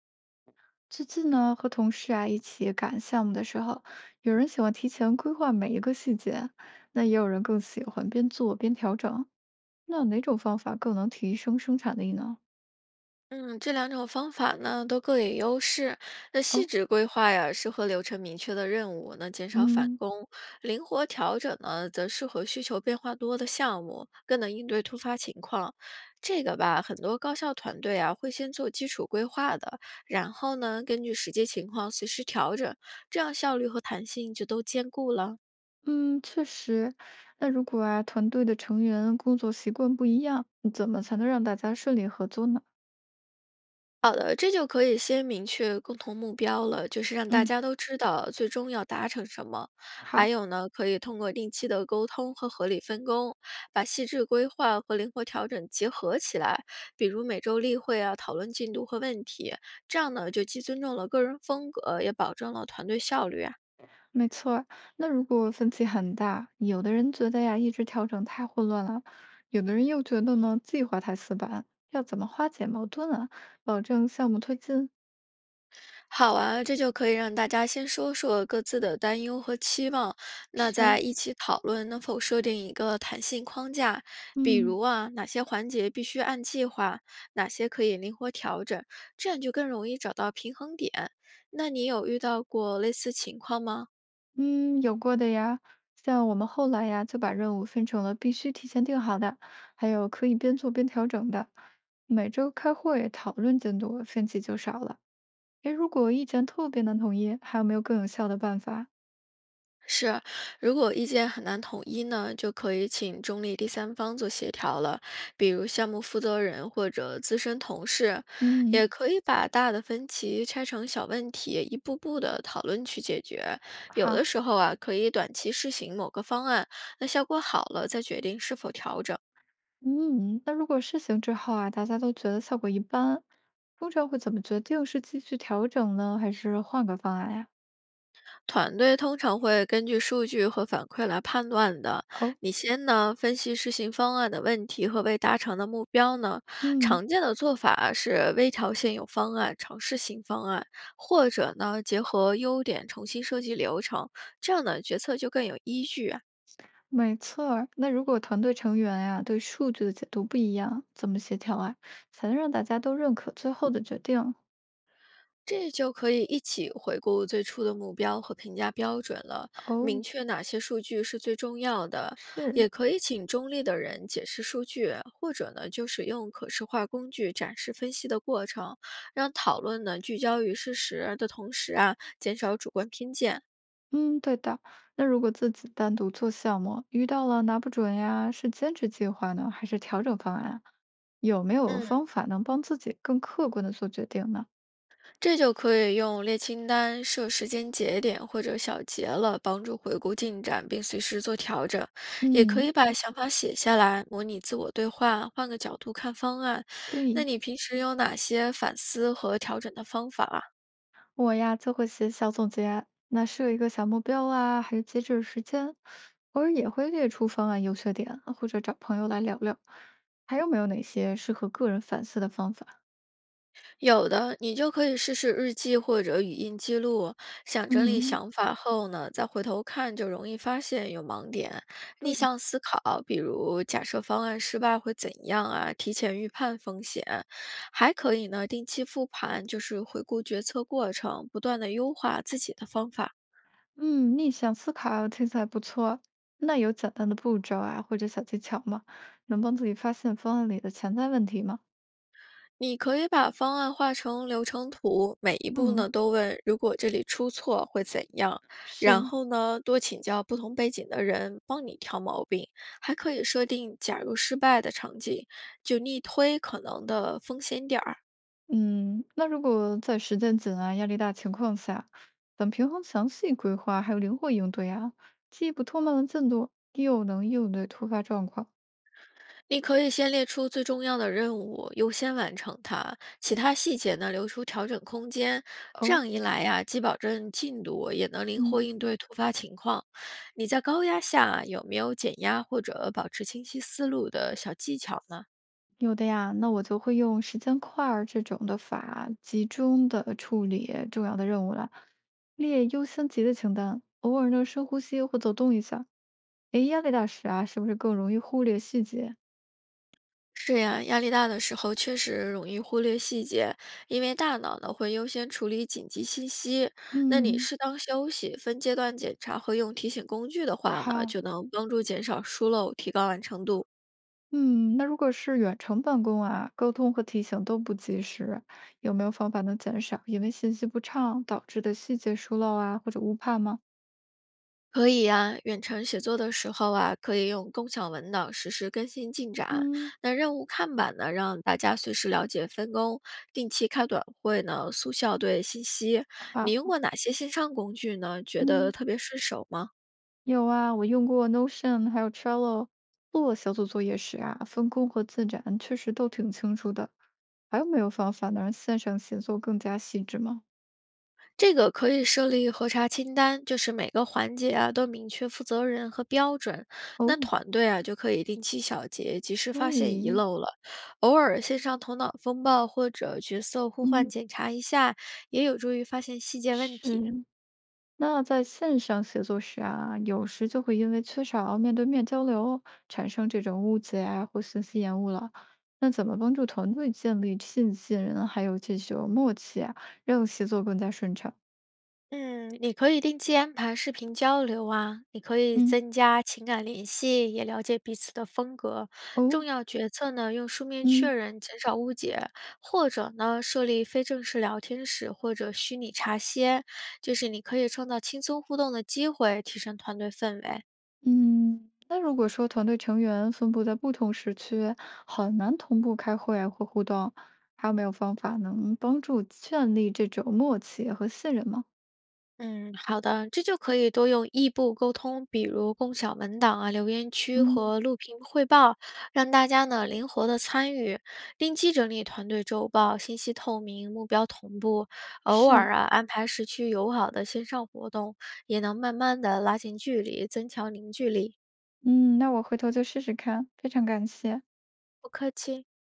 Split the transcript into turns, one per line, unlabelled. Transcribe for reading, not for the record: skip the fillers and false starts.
最近呢，和同事啊一起赶项目的时候，有人喜欢提前规划每一个细节，那也有人更喜欢边做边调整。那哪种方法更能提升生产力呢？
嗯，这两种方法呢都各有优势。那细
哦，
致规划呀，适合流程明确的任务，能减少返
嗯
工；灵活调整呢，则适合需求变化多的项目，更能应对突发情况。这个吧，很多高校团队啊会先做基础规划的，然后呢，根据实际情况随时调整，这样效率和弹性就都兼顾了。
嗯，确实。那如果啊，团队的成员工作习惯不一样，怎么才能让大家顺利合作呢？
好的，这就可以先明确共同目标了，就是让大
嗯，
家都知道最终要达成什么。
好。
还有呢，可以通过定期的沟通和合理分工，把细致规划和灵活调整结合起来。比如每周例会啊，讨论进度和问题，这样呢就既尊重了个人风格，也保证了团队效率啊。
没错儿。那如果分歧很大，有的人觉得呀，一直调整太混乱了，有的人又觉得呢，计划太死板，要怎么化解矛盾啊，保证项目推进？
好啊，这就可以让大家先说说各自的担忧和期望，那
是，
再一起讨论能否设定一个弹性框架，比
嗯
如啊，哪些环节必须按计划，哪些可以灵活调整，这样就更容易找到平衡点。那你有遇到过类似情况吗？
嗯，有过的呀。像我们后来呀，就把任务分成了必须提前定好的，还有可以边做边调整的。每周开会讨论进度，分歧就少了。诶，如果意见特别难统一，还有没有更有效的办法？
是，如果意见很难统一呢，就可以请中立第三方做协调了，比如项目负责人或者资深同事，
嗯，
也可以把大的分歧拆成小问题，一步步的讨论去解决。有
好。
的时候啊，可以短期试行某个方案，那效果好了再决定是否调整。
嗯，那如果试行之后啊，大家都觉得效果一般，通常会怎么决定是继续调整呢，还是换个方案呀？
团队通常会根据数据和反馈来判断的。
哦，
你先呢分析试行方案的问题和未达成的目标呢。
嗯，
常见的做法是微调现有方案，尝试新方案，或者呢结合优点重新设计流程，这样呢决策就更有依据啊。
没错儿。那如果团队成员呀，对数据的解读不一样，怎么协调啊，才能让大家都认可最后的决定？
这就可以一起回顾最初的目标和评价标准了，明
哦，
确哪些数据是最重要的，
是，
也可以请中立的人解释数据，或者呢，就是用可视化工具展示分析的过程，让讨论呢聚焦于事实的同时啊，减少主观偏见。
嗯，对的。那如果自己单独做项目，遇到了拿不准呀，是坚持计划呢，还是调整方案啊？有没有
嗯，
方法能帮自己更客观的做决定呢？
这就可以用列清单、设时间节点或者小结了，帮助回顾进展并随时做调整。也可
嗯。
以把想法写下来，模拟自我对话，换个角度看方案。那
对，
你平时有哪些反思和调整的方法啊？
我呀就会写小总结，那设一个小目标啊，还有截止时间，偶尔也会列出方案优缺点，或者找朋友来聊聊。还有没有哪些适合个人反思的方法？
有的，你就可以试试日记或者语音记录，想整理
嗯，
想法后呢，再回头看就容易发现有盲点。逆
对，
向思考，比如假设方案失败会怎样啊，提前预判风险。还可以呢，定期复盘，就是回顾决策过程，不断的优化自己的方法。
嗯，逆向思考听起来不错。那有简单的步骤啊，或者小技巧吗？能帮自己发现方案里的潜在问题吗？
你可以把方案画成流程图，每一步
嗯，
呢都问，如果这里出错会怎样？然
是。
后呢，多请教不同背景的人帮你挑毛病，还可以设定假如失败的场景，就逆推可能的风险点儿。
嗯，那如果在时间紧啊、压力大情况下，怎么平衡详细规划还有灵活应对啊？既不拖慢了进度，又能应对突发状况。
你可以先列出最重要的任务，优先完成它，其他细节呢留出调整空间。这
哦，
样一来呀，既保证进度，也能灵
嗯，
活应对突发情况。你在高压下有没有减压或者保持清晰思路的小技巧呢？
有的呀，那我就会用时间块儿这种的法，集中的处理重要的任务了，列优先级的清单，偶尔呢深呼吸或走动一下。诶，压力大时啊，是不是更容易忽略细节？
是呀，压力大的时候确实容易忽略细节，因为大脑呢会优先处理紧急信息。那你
嗯，
适当休息、分阶段检查和用提醒工具的话呢，
好，
就能帮助减少疏漏，提高完成度。
嗯，那如果是远程办公啊，沟通和提醒都不及时，有没有方法能减少因为信息不畅导致的细节疏漏啊，或者误判吗？
可以呀、远程写作的时候啊，可以用共享文档实时更新进展。
嗯，
那任务看板呢，让大家随时了解分工。定期开短会呢，速效对信息。
啊，
你用过哪些线上工具呢？觉得
嗯，
特别顺手吗？
有啊，我用过 Notion 还有 Trello 做小组作业时啊，分工和进展确实都挺清楚的。还有没有方法能让线上协作更加细致吗？
这个可以设立核查清单，就是每个环节啊都明确负责人和标准。那
哦，
团队啊就可以定期小结，及时发现遗
对，
漏了。偶尔线上头脑风暴或者角色互换
嗯，
检查一下，也有助于发现细节问题。
是。那在线上协作时啊，有时就会因为缺少面对面交流，产生这种误解啊或信息延误了。那怎么帮助团队建立信任，还有这种默契啊，让协作更加顺畅？
嗯，你可以定期安排视频交流啊，你可以
嗯
增加情感联系，也了解彼此的风格。
哦，
重要决策呢，用书面确
嗯
认，减少误解，或者呢，设立非正式聊天室或者虚拟茶歇，就是你可以创造轻松互动的机会，提升团队氛围。
嗯，那如果说团队成员分布在不同时区，很难同步开会啊或互动，还有没有方法能帮助建立这种默契和信任吗？
嗯，好的，这就可以多用异步沟通，比如共享文档啊、留言区
嗯，
和录屏汇报，让大家呢灵活的参与，定期整理团队周报，信息透明，目标同步，偶
是。
尔啊安排时区友好的线上活动，也能慢慢的拉近距离，增强凝聚力。
嗯，那我回头就试试看，非常感谢。
不客气。